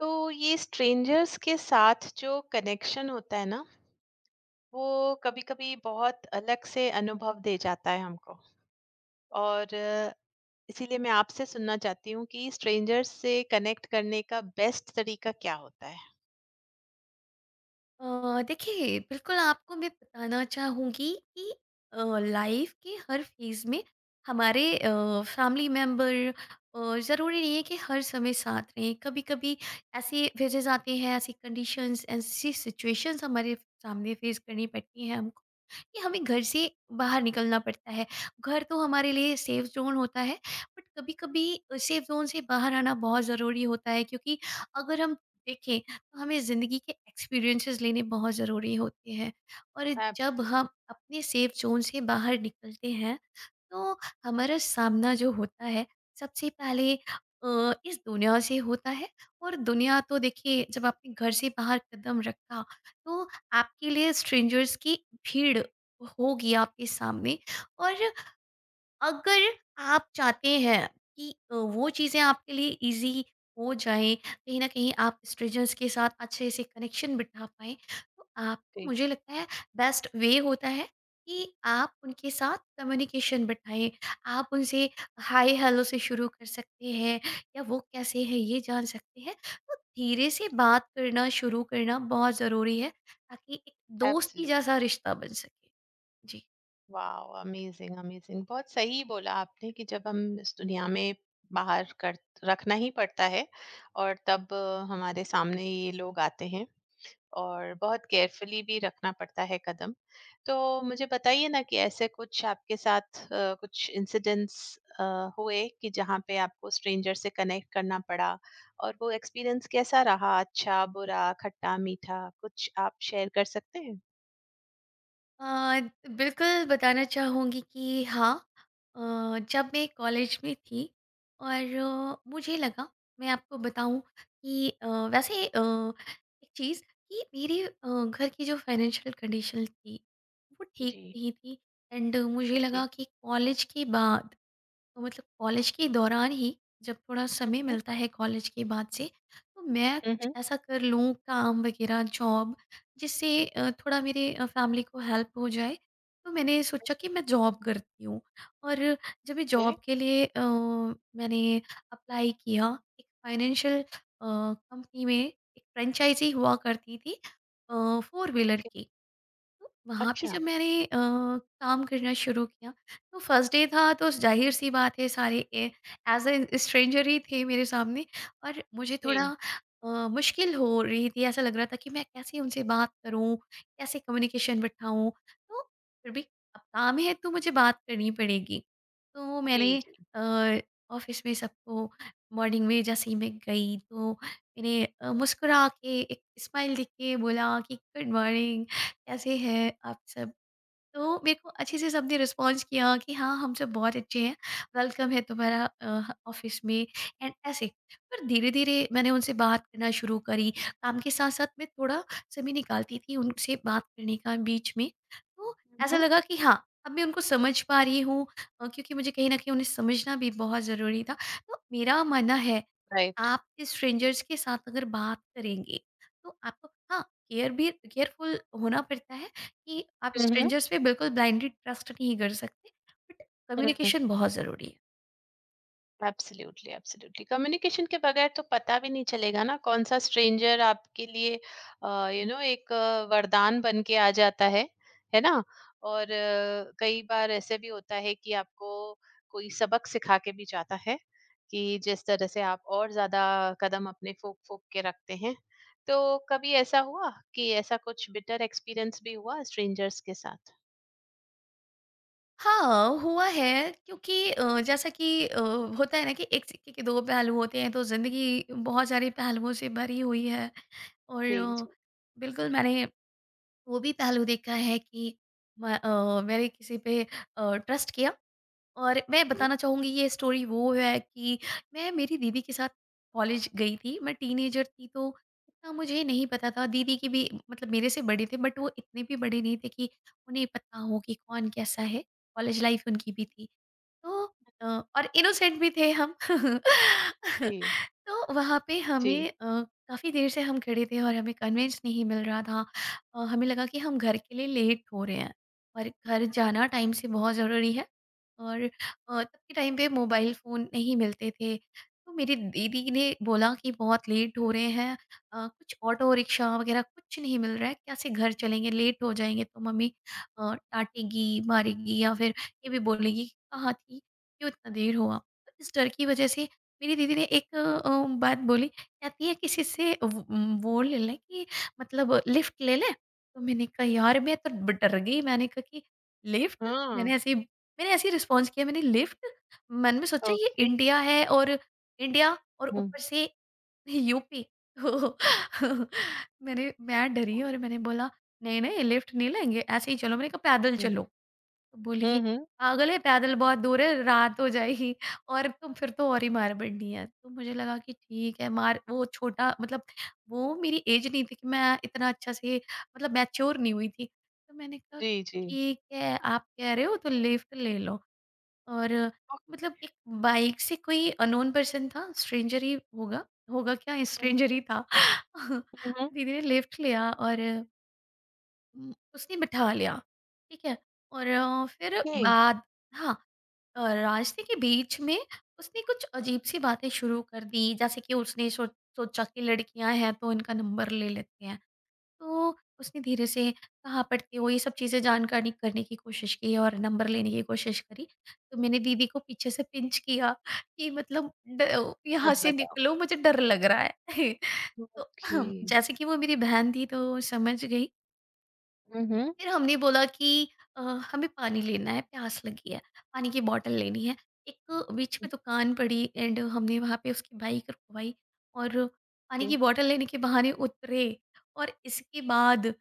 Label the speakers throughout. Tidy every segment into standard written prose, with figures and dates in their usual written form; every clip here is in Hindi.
Speaker 1: तो ये स्ट्रेंजर्स के साथ जो कनेक्शन होता है ना, वो कभी-कभी बहुत अलग से अनुभव दे जाता है हमको और इसीलिए मैं आपसे सुनना चाहती हूँ कि स्ट्रेंजर्स से कनेक्ट करने का बेस्ट तरीका क्या होता है?
Speaker 2: देखिए बिल्कुल आपको मैं बताना चाहूँगी कि लाइफ के हर फेज़ में हमारे फैमिली मेम्बर ज़रूरी नहीं है कि हर समय साथ रहें। कभी कभी ऐसे फेजेस आते हैं, ऐसी कंडीशंस, ऐसी सिचुएशंस हमारे सामने फेस करनी पड़ती हैं हमको कि हमें घर से बाहर निकलना पड़ता है। घर तो हमारे लिए सेफ ज़ोन होता है, बट कभी-कभी सेफ ज़ोन से बाहर आना बहुत ज़रूरी होता है, क्योंकि अगर हम देखें तो हमें ज़िंदगी के एक्सपीरियंसेस लेने बहुत ज़रूरी होते हैं। और जब
Speaker 1: एब्सोल्युटली,
Speaker 2: हम अपने सेफ ज़ोन से बाहर निकलते हैं तो हमारा सामना जो होता है सबसे पहले इस दुनिया से होता है। और दुनिया तो देखिए, जब आपने घर से बाहर कदम रखा तो आपके लिए स्ट्रेंजर्स की भीड़ होगी आपके सामने। और अगर आप चाहते हैं कि वो चीज़ें आपके लिए ईज़ी हो जाएँ, कहीं न कहीं आप स्ट्रेंजर्स के साथ अच्छे से कनेक्शन बिठा पाएँ, तो आपको, मुझे लगता है, बेस्ट वे होता है कि आप उनके साथ कम्युनिकेशन बिठाएँ। आप उनसे हाय हेलो से शुरू कर सकते हैं, या वो कैसे हैं ये जान सकते हैं। तो धीरे से बात करना शुरू करना बहुत ज़रूरी है, ताकि एक दोस्ती
Speaker 1: एब्सोल्युटली।
Speaker 2: जैसा रिश्ता बन सके। जी।
Speaker 1: वाओ! Amazing, amazing. बहुत सही बोला आपने कि जब हम इस दुनिया में बाहर कर रखना ही पड़ता है और तब हमारे सामने ये लोग आते हैं और बहुत केयरफुली भी रखना पड़ता है कदम। तो मुझे बताइए ना कि ऐसे कुछ आपके साथ कुछ इंसिडेंट्स हुए कि जहाँ पे आपको स्ट्रेंजर से कनेक्ट करना पड़ा और वो एक्सपीरियंस कैसा रहा? अच्छा, बुरा, खट्टा-मीठा? कुछ आप शेयर कर सकते हैं?
Speaker 2: अ, बिल्कुल बताना चाहूँगी कि हाँ, जब मैं कॉलेज में थी और मुझे लगा, मैं आपको बताऊँ कि वैसे, एक चीज़ कि मेरे घर की जो फाइनेंशियल कंडीशन थी वो ठीक
Speaker 1: जी।
Speaker 2: नहीं थी। एंड मुझे
Speaker 1: ओके।
Speaker 2: लगा कि कॉलेज के बाद, तो मतलब कॉलेज के दौरान ही जब थोड़ा
Speaker 1: हुँ,
Speaker 2: समय
Speaker 1: हुँ।
Speaker 2: मिलता है कॉलेज के बाद से, तो मैं
Speaker 1: हुँ,
Speaker 2: कुछ
Speaker 1: हुँ।
Speaker 2: ऐसा कर लूँ, काम वगैरह, जॉब, जिससे थोड़ा मेरे फैमिली को हेल्प हो जाए। तो मैंने सोचा कि मैं जॉब करती हूँ। और जब मैं
Speaker 1: ओके।
Speaker 2: जॉब के लिए, मैंने अप्लाई किया एक फाइनेंशियल कंपनी में। एक फ्रेंचाइजी हुआ करती थी फोर व्हीलर की, तो वहाँ पे
Speaker 1: अच्छा।
Speaker 2: जब मैंने काम करना शुरू किया, तो फर्स्ट डे था तो ज़ाहिर सी बात है सारे एज अ स्ट्रेंजर ही थे मेरे सामने। और मुझे थोड़ा
Speaker 1: जी,
Speaker 2: अ, मुश्किल हो रही थी, ऐसा लग रहा था कि मैं कैसे उनसे बात करूँ, कैसे कम्युनिकेशन बिठाऊँ। तो फिर भी, अब काम है तो मुझे बात करनी पड़ेगी। तो
Speaker 1: जी,
Speaker 2: मैंने
Speaker 1: जी।
Speaker 2: ऑफिस में सबको मॉर्निंग में जैसे ही मैं गई, तो मैंने मुस्कुरा के एक स्माइल दिख के बोला कि गुड मॉर्निंग, कैसे हैं आप सब? तो मेरे को अच्छे से सबने रिस्पॉन्स किया कि हाँ, हम सब बहुत अच्छे हैं, वेलकम है तुम्हारा ऑफ़िस में, एंड ऐसे। पर धीरे-धीरे मैंने उनसे बात करना शुरू करी, काम के साथ-साथ मैं थोड़ा समय निकालती थी उनसे बात करने का बीच में। तो
Speaker 1: हुँ,
Speaker 2: ऐसा
Speaker 1: हुँ।
Speaker 2: लगा कि हाँ, अब मैं उनको समझ पा रही हूँ, क्योंकि मुझे कहीं न कहीं उन्हें समझना भी बहुत ज़रूरी था। तो मेरा मानना है,
Speaker 1: राइट।
Speaker 2: आप स्ट्रेंजर्स के साथ अगर बात करेंगे, तो आपको, हाँ, केयरफुल होना पड़ता है कि आप
Speaker 1: हुँ, हुँ।
Speaker 2: स्ट्रेंजर्स पे बिल्कुल ब्लाइंडली ट्रस्ट नहीं कर सकते, बट
Speaker 1: हुँ।
Speaker 2: कम्युनिकेशन बहुत ज़रूरी है।
Speaker 1: Absolutely, absolutely. कम्युनिकेशन के बगैर तो पता भी नहीं चलेगा ना कौन-सा स्ट्रेंजर आपके लिए यू नो एक वरदान बन के आ जाता है ना? और कई बार ऐसे भी होता है कि आपको कोई सबक सिखा के भी जाता है, कि जिस तरह से आप और ज़्यादा कदम अपने फूँक-फूँक के रखते हैं। तो कभी ऐसा हुआ कि ऐसा कुछ बिटर एक्सपीरियंस भी हुआ स्ट्रेंजर्स के साथ?
Speaker 2: हाँ, हुआ है, क्योंकि जैसा कि होता है ना कि एक सिक्के के दो पहलू होते हैं, तो ज़िंदगी बहुत सारे पहलुओं से भरी हुई है। और
Speaker 1: जी, जी।
Speaker 2: बिल्कुल मैंने वो भी पहलू देखा है कि मैंने किसी पे ट्रस्ट किया। और मैं
Speaker 1: हुँ।
Speaker 2: बताना चाहूँगी, ये स्टोरी वो है कि मैं मेरी दीदी के साथ कॉलेज गई थी। मैं टीनेजर थी तो इतना मुझे नहीं पता था। दीदी की भी, मतलब, मेरे से बड़े थे, बट वो इतने भी बड़े नहीं थे कि उन्हें पता हो कि कौन कैसा है। कॉलेज लाइफ उनकी भी थी। तो अ, और इनोसेंट भी थे हम।
Speaker 1: जी,
Speaker 2: तो वहाँ पे
Speaker 1: जी।
Speaker 2: हमें, काफ़ी देर से हम खड़े थे और हमें कन्विंस नहीं मिल रहा था। हमें लगा कि हम घर के लिए लेट हो रहे हैं, और घर जाना टाइम से बहुत ज़रूरी है। और तब के टाइम पे मोबाइल फ़ोन नहीं मिलते थे। तो मेरी दीदी ने बोला कि बहुत लेट हो रहे हैं, कुछ ऑटो रिक्शा वग़ैरह कुछ नहीं मिल रहा है, कैसे घर चलेंगे? लेट हो जाएँगे तो मम्मी डाँटेगी, मारेगी, या फिर ये भी बोलेगी कि कहाँ थी, क्यों इतना देर हुआ? तो इस डर की वजह से मेरी दीदी ने एक बात बोली, कहती है किसी से वो ले लें कि मतलब लिफ्ट ले लें? तो मैंने कहा यार, मैं तो ब डर गई, मैंने कहा कि लिफ्ट?
Speaker 1: हाँ।
Speaker 2: मैंने ऐसे ही रिस्पॉन्स किया, मैंने लिफ्ट? मन में सोचा ये
Speaker 1: ओके।
Speaker 2: इंडिया है, और इंडिया और
Speaker 1: हुँ,
Speaker 2: ऊपर से यूपी। तो मैं डरी और मैंने बोला नहीं, नहीं लिफ्ट नहीं लेंगे, ऐसे ही चलो, मैंने कहा पैदल
Speaker 1: हुँ,
Speaker 2: चलो। बोली
Speaker 1: हुँ,
Speaker 2: कि
Speaker 1: हुँ।
Speaker 2: पागल है, पैदल बहुत दूर है, रात हो जाएगी और तो फिर तो और ही मार पड़नी है। तो मुझे लगा कि ठीक है, मार, वो छोटा, मतलब, वो मेरी एज नहीं थी कि मैं इतना अच्छा से, मतलब, मैच्योर नहीं हुई थी। तो मैंने कहा
Speaker 1: जी, जी।
Speaker 2: ठीक है, आप कह रहे हो तो लिफ्ट ले लो। और,
Speaker 1: ओके।
Speaker 2: मतलब, एक बाइक से कोई अनोन पर्सन था, स्ट्रेंजर ही होगा, होगा क्या
Speaker 1: हुँ,
Speaker 2: स्ट्रेंजर ही था।
Speaker 1: हुँ, हुँ।
Speaker 2: दीदी ने लिफ्ट लिया और उसने बिठा लिया, ठीक है? और फिर
Speaker 1: ओके।
Speaker 2: बाद, हाँ, रास्ते के बीच में उसने कुछ अजीब-सी बातें शुरू कर दी, जैसे कि उसने सोचा कि लड़कियाँ हैं तो इनका नंबर ले लेते हैं। तो उसने धीरे से कहाँ पढ़ते हो, ये सब चीज़ें जानकारी करने की कोशिश की और नंबर लेने की कोशिश करी। तो मैंने दीदी को पीछे से पिंच किया कि मतलब, ड यहाँ
Speaker 1: मत
Speaker 2: से
Speaker 1: बताओ।
Speaker 2: निकलो, मुझे डर लग रहा है। तो
Speaker 1: ओके।
Speaker 2: जैसे कि वो मेरी बहन थी तो समझ गई।
Speaker 1: हुँ, हुँ।
Speaker 2: फिर हमने बोला कि अ, हमें पानी लेना है, प्यास लगी है, पानी की बॉटल लेनी है। एक बीच में दुकान पड़ी, एंड हमने वहाँ पे उसकी बाइक रुकवाई और पानी
Speaker 1: ओके।
Speaker 2: की बॉटल लेने के बहाने उतरे। और इसके बाद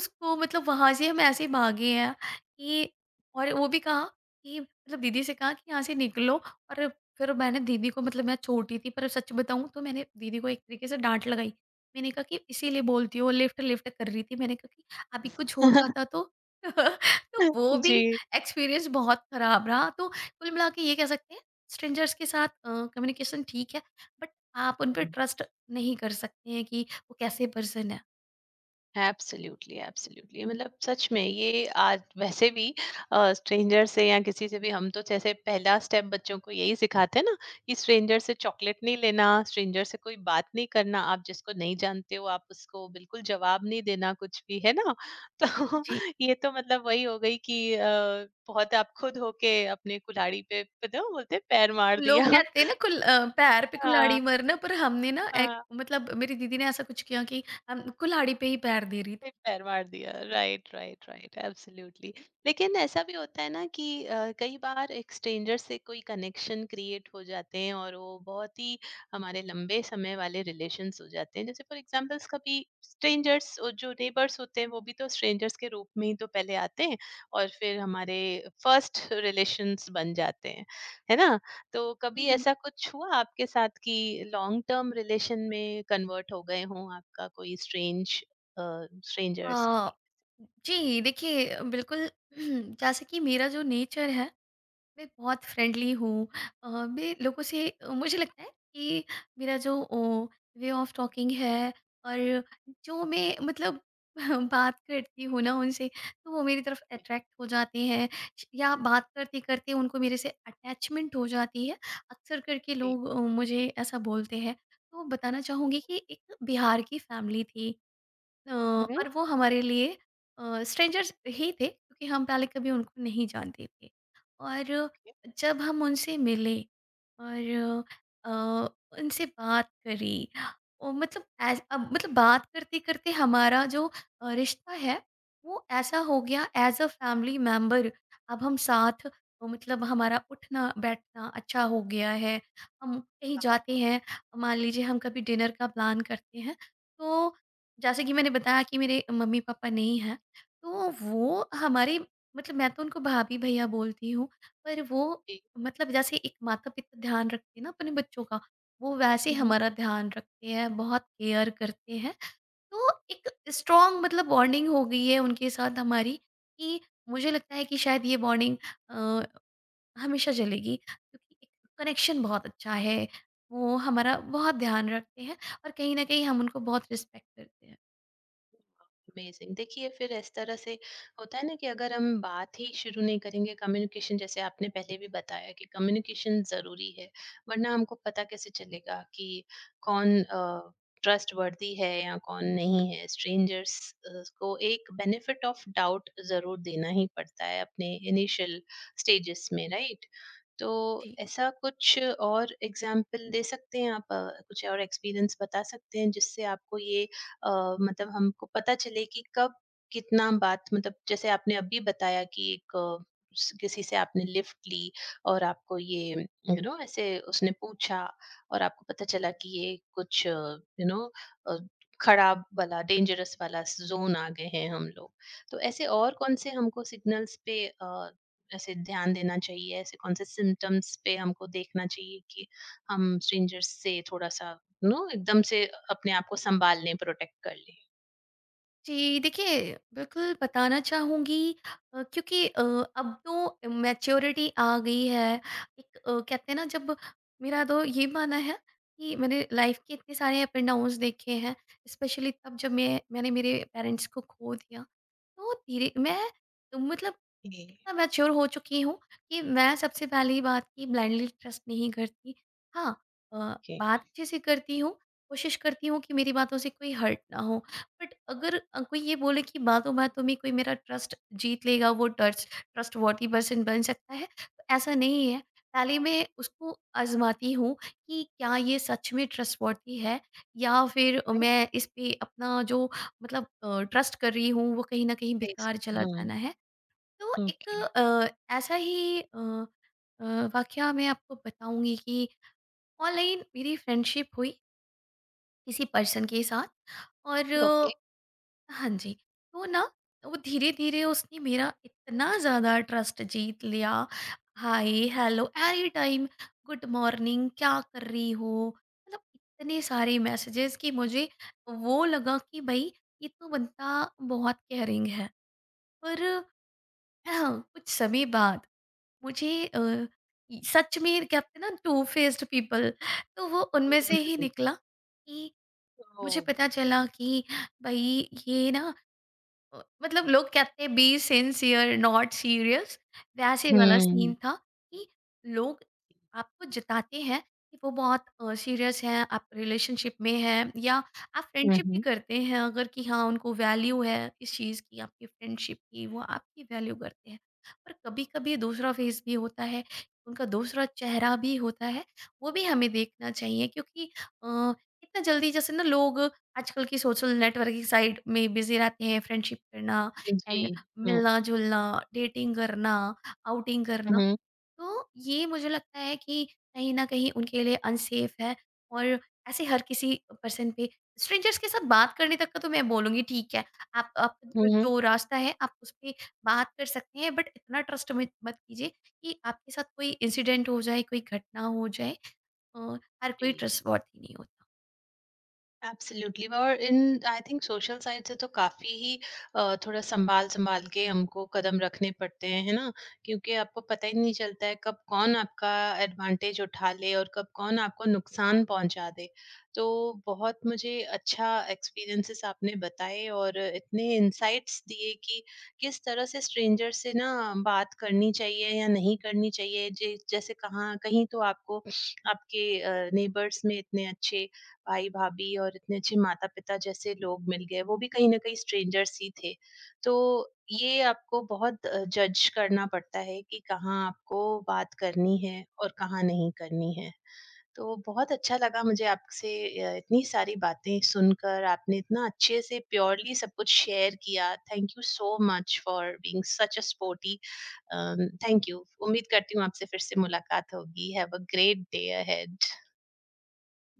Speaker 2: उसको, मतलब, वहाँ से हम ऐसे भागे हैं कि, और वो भी कहा कि, मतलब, दीदी से कहा कि यहाँ से निकलो। और फिर मैंने दीदी को, मतलब, मैं छोटी थी पर सच बताऊँ, तो मैंने दीदी को एक तरीके से डांट लगाई। मैंने कहा कि इसीलिए बोलती हो, लिफ्ट लिफ्ट कर रही थी, मैंने कहा कि अभी कुछ हो जाता तो? तो वो भी
Speaker 1: जी।
Speaker 2: एक्सपीरियंस बहुत खराब रहा। तो कुल मिला के ये कह सकते हैं, स्ट्रेंजर्स के साथ कम्युनिकेशन ठीक है, बट आप उन पर ट्रस्ट नहीं कर सकते हैं कि वो कैसे पर्सन है।
Speaker 1: Absolutely, absolutely. मतलब सच में ये आज वैसे भी स्ट्रेंजर से या किसी से भी हम तो जैसे पहला स्टेप बच्चों को यही सिखाते हैं ना कि स्ट्रेंजर से चॉकलेट नहीं लेना, स्ट्रेंजर से कोई बात नहीं करना, आप जिसको नहीं जानते हो आप उसको बिल्कुल जवाब नहीं देना कुछ भी, है ना? तो
Speaker 2: जी।
Speaker 1: ये तो मतलब वही हो गई कि बहुत आप खुद होके अपने कुल्हाड़ी पे पता है वो बोलते हैं, पैर मार
Speaker 2: लोग
Speaker 1: दिया।
Speaker 2: कहते हैं ना पैर पे कुल्हाड़ी
Speaker 1: हाँ।
Speaker 2: मारना, पर हमने ना, एक,
Speaker 1: हाँ।
Speaker 2: मतलब, मेरी दीदी ने ऐसा कुछ किया कि हम कुल्हाड़ी पे ही पैर दे रही थी।
Speaker 1: पे पैर मार दिया। Right, right, right. एब्सोल्युटली। लेकिन ऐसा भी होता है ना कि कई बार एक स्ट्रेंजर से कोई कनेक्शन क्रिएट हो जाते हैं और वो बहुत ही हमारे लंबे समय वाले रिलेशंस हो जाते हैं। जैसे फॉर एग्जांपल्स कभी स्ट्रेंजर्स और जो नेबर्स होते हैं वो भी तो स्ट्रेंजर्स के रूप में ही तो पहले आते हैं और फिर हमारे फर्स्ट रिलेशंस बन जाते हैं, है ना? तो कभी
Speaker 2: उहुँ।
Speaker 1: ऐसा कुछ हुआ आपके साथ कि लॉन्ग टर्म रिलेशन में कन्वर्ट हो गए हों आपका कोई strange
Speaker 2: uh,
Speaker 1: strangers ko i
Speaker 2: जी, देखिए बिल्कुल। जैसे कि मेरा जो नेचर है, मैं बहुत फ्रेंडली हूँ। अ, मैं लोगों से अ, मुझे लगता है कि मेरा जो वे ऑफ टॉकिंग है, और जो मैं, मतलब, बात करती हूँ ना उनसे, तो वो मेरी तरफ अट्रैक्ट हो जाते हैं, या बात करते करते उनको मेरे से अटैचमेंट हो जाती है। अक्सर करके लोग मुझे ऐसा बोलते हैं। तो बताना चाहूँगी कि एक बिहार की फैमिली थी,
Speaker 1: Mhm.
Speaker 2: और वो
Speaker 1: Okay,
Speaker 2: हमारे लिए स्ट्रेंजर्स ही थे, क्योंकि हम पहले कभी उनको नहीं जानते थे। और
Speaker 1: okay.
Speaker 2: जब हम उनसे मिले और उनसे बात करी, ओ, मतलब, अब मतलब बात करते करते हमारा जो रिश्ता है वो ऐसा हो गया एज अ फैमिली मेम्बर। अब हम साथ, मतलब, हमारा उठना बैठना अच्छा हो गया है। हम कहीं
Speaker 1: Wow.
Speaker 2: जाते हैं, मान लीजिए हम कभी डिनर का प्लान करते हैं, तो जैसे कि मैंने बताया कि मेरे मम्मी-पापा नहीं हैं, तो वो हमारे, मतलब, मैं तो उनको भाभी-भैया बोलती हूँ, पर वो,
Speaker 1: Eh,
Speaker 2: मतलब, जैसे एक माता-पिता ध्यान रखते हैं ना अपने बच्चों का, वो वैसे
Speaker 1: mhm.
Speaker 2: हमारा ध्यान रखते हैं, बहुत केयर करते हैं। तो एक स्ट्रॉन्ग, मतलब, बॉन्डिंग हो गई है उनके साथ हमारी, कि मुझे लगता है कि शायद ये बॉन्डिंग अ, हमेशा चलेगी, क्योंकि एक कनेक्शन बहुत अच्छा है, वो हमारा बहुत ध्यान रखते हैं, और कहीं न कहीं हम उनको बहुत रिस्पेक्ट करते हैं।
Speaker 1: अमेजिंग। देखिए फिर इस तरह से होता है ना कि अगर हम बात ही शुरू नहीं करेंगे, कम्युनिकेशन जैसे आपने पहले भी बताया कि कम्युनिकेशन जरूरी है, वरना हमको पता कैसे चलेगा कि कौन ट्रस्ट वर्दी है या कौन नहीं है। स्ट्रेंजर्स को एक बेनिफिट ऑफ डाउट जरूर देना ही पड़ता है अपने इनिशियल स्टेजेस में, राइट? तो
Speaker 2: जी।
Speaker 1: ऐसा कुछ और एग्जाम्पल दे सकते हैं आप? कुछ और एक्सपीरियंस बता सकते हैं जिससे आपको ये मतलब हमको पता चले कि कब कितना बात, मतलब जैसे आपने अभी बताया कि एक किसी से आपने लिफ्ट ली और आपको ये, यू नो, ऐसे उसने पूछा और आपको पता चला कि ये कुछ, यू नो, खराब वाला, डेंजरस वाला जोन आ गए हैं हम लोग। तो ऐसे और कौन से हमको सिग्नल्स पे ऐसे ध्यान देना चाहिए, ऐसे कौन से सिम्टम्स पे हमको देखना चाहिए कि हम स्ट्रेंजर्स से थोड़ा सा, नो, एकदम से अपने आप को सँभाल लें, प्रोटेक्ट कर लें।
Speaker 2: जी, देखिए बिल्कुल बताना चाहूँगी, क्योंकि अब तो मैच्योरिटी आ गई है। एक, कहते हैं ना जब, मेरा तो ये मानना है कि मैंने लाइफ़ के इतने सारे अप एंड डाउन्स देखे हैं, स्पेशली तब जब मैंने मेरे पेरेंट्स को खो दिया। तो धीरे मैं, मतलब,
Speaker 1: जी।
Speaker 2: इतना मैच्योर हो चुकी हूँ कि मैं, सबसे पहली बात, कि ब्लाइंडली ट्रस्ट नहीं करती। हाँ, अ,
Speaker 1: ओके।
Speaker 2: बात अच्छे से करती हूँ, कोशिश करती हूँ कि मेरी बातों से कोई हर्ट ना हो। बट अगर कोई ये बोले कि बातों बातों में कोई मेरा ट्रस्ट जीत लेगा, वो ट्रस्ट ट्रस्ट वॉटी पर्सन बन सकता है, तो ऐसा नहीं है। पहले मैं उसको आजमाती हूँ कि क्या ये सच में ट्रस्ट वॉटी है, या फिर
Speaker 1: राइट?
Speaker 2: मैं इस पे अपना जो, मतलब, ट्रस्ट कर रही हूँ, वो कहीं ना कहीं
Speaker 1: दे
Speaker 2: बेकार
Speaker 1: सकते।
Speaker 2: चला
Speaker 1: हाँ।
Speaker 2: जाना है। तो एक,
Speaker 1: ओके।
Speaker 2: अ, ऐसा ही, अ, वाकया मैं आपको बताऊंगी कि ऑनलाइन मेरी फ्रेंडशिप हुई किसी पर्सन के साथ। और
Speaker 1: ओके।
Speaker 2: हाँ जी, तो ना, वो धीरे धीरे उसने मेरा इतना ज़्यादा ट्रस्ट जीत लिया, hi hello any time, good morning, क्या कर रही हो, मतलब इतने सारे मैसेजेस कि मुझे वो लगा कि भाई ये तो बंदा बहुत केयरिंग है। पर हाँ, कुछ समय बाद मुझे, ये सच में कहते हैं ना टू फेस्ड पीपल, तो वो उनमें से ही
Speaker 1: हुँ।
Speaker 2: निकला। कि मुझे
Speaker 1: ओह!
Speaker 2: पता चला कि भाई, ये ना, मतलब, लोग कहते हैं बी सिंसियर नॉट सीरियस, वैसे वाला सीन
Speaker 1: हुँ,
Speaker 2: था। कि लोग आपको जताते हैं कि वो बहुत सीरियस हैं, आप रिलेशनशिप में हैं, या आप
Speaker 1: हुँ,
Speaker 2: फ्रेंडशिप भी
Speaker 1: हुँ।
Speaker 2: करते हैं अगर, कि हाँ उनको वैल्यू है इस चीज़ की, आपकी फ्रेंडशिप की, वो आपकी वैल्यू करते हैं। पर कभी कभी दूसरा फेस भी होता है, उनका दूसरा चेहरा भी होता है, वो भी हमें देखना चाहिए, क्योंकि अ, इतना जल्दी जैसे ना लोग आजकल की सोशल नेटवर्किंग साइट में बिजी रहते हैं, फ्रेंडशिप करना
Speaker 1: जी।
Speaker 2: एंड
Speaker 1: हुँ,
Speaker 2: मिलना-जुलना, डेटिंग करना, आउटिंग करना।
Speaker 1: हुँ,
Speaker 2: तो ये मुझे लगता है कि कहीं न कहीं उनके लिए अनसेफ है। और ऐसे हर किसी पर्सन पे, स्ट्रेंजर्स के साथ बात करने तक का तो मैं बोलूँगी ठीक है, आप जो
Speaker 1: हुँ, हुँ।
Speaker 2: जो रास्ता है आप उस पे बात कर सकते हैं, बट इतना ट्रस्ट मत मत कीजिए कि आपके साथ कोई इंसिडेंट हो जाए, कोई घटना हो जाए। अ, हर
Speaker 1: जी।
Speaker 2: कोई ट्रस्टवर्थी नहीं होता।
Speaker 1: एब्सोल्युटली। और in I think social side से तो काफी ही थोड़ा संभाल संभाल के हमको कदम रखने पड़ते हैं, है ना? क्योंकि आपको पता ही नहीं चलता है कब कौन आपका एडवांटेज उठा ले और कब कौन आपको नुकसान पहुंचा दे। तो बहुत मुझे अच्छा एक्सपीरियंसेस आपने बताए और इतने इंसाइट्स दिए कि किस तरह से स्ट्रेंजर से ना बात करनी चाहिए या नहीं करनी चाहिए। जैसे कहाँ कहीं तो आपको आपके नेबर्स में इतने अच्छे भाई-भाभी और इतने अच्छे माता-पिता जैसे लोग मिल गए, वो भी कहीं न कहीं स्ट्रेंजर्स ही थे। तो ये आपको बहुत जज करना पड़ता है कि कहाँ आपको बात करनी है और कहाँ नहीं करनी है। तो बहुत अच्छा लगा मुझे आपसे इतनी सारी बातें सुनकर, आपने इतना अच्छे से प्योरली सब कुछ शेयर किया। Thank you so much for being such a sporty uh, thank you. उम्मीद करती हूँ आपसे फिर से मुलाकात होगी। Have a great day ahead.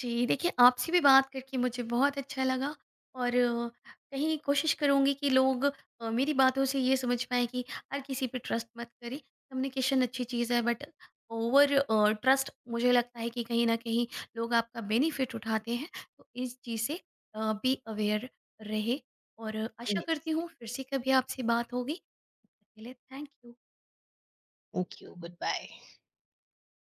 Speaker 2: जी, देखिए आपसे भी बात करके मुझे बहुत अच्छा लगा। और कहीं कोशिश करूँगी कि लोग मेरी बातों से ये समझ पाएँ कि हर किसी पे ट्रस्ट मत करें। कम्युनिकेशन अच्छी चीज़ है, बट ओवर ट्रस्ट, मुझे लगता है कि कहीं न कहीं लोग आपका बेनिफिट उठाते हैं। तो इस चीज़ से बी अवेयर रहे। और आशा करती
Speaker 1: येस,
Speaker 2: हूँ फिर से कभी आपसे बात होगी। तब तक के लिए thank you.
Speaker 1: Thank you, goodbye.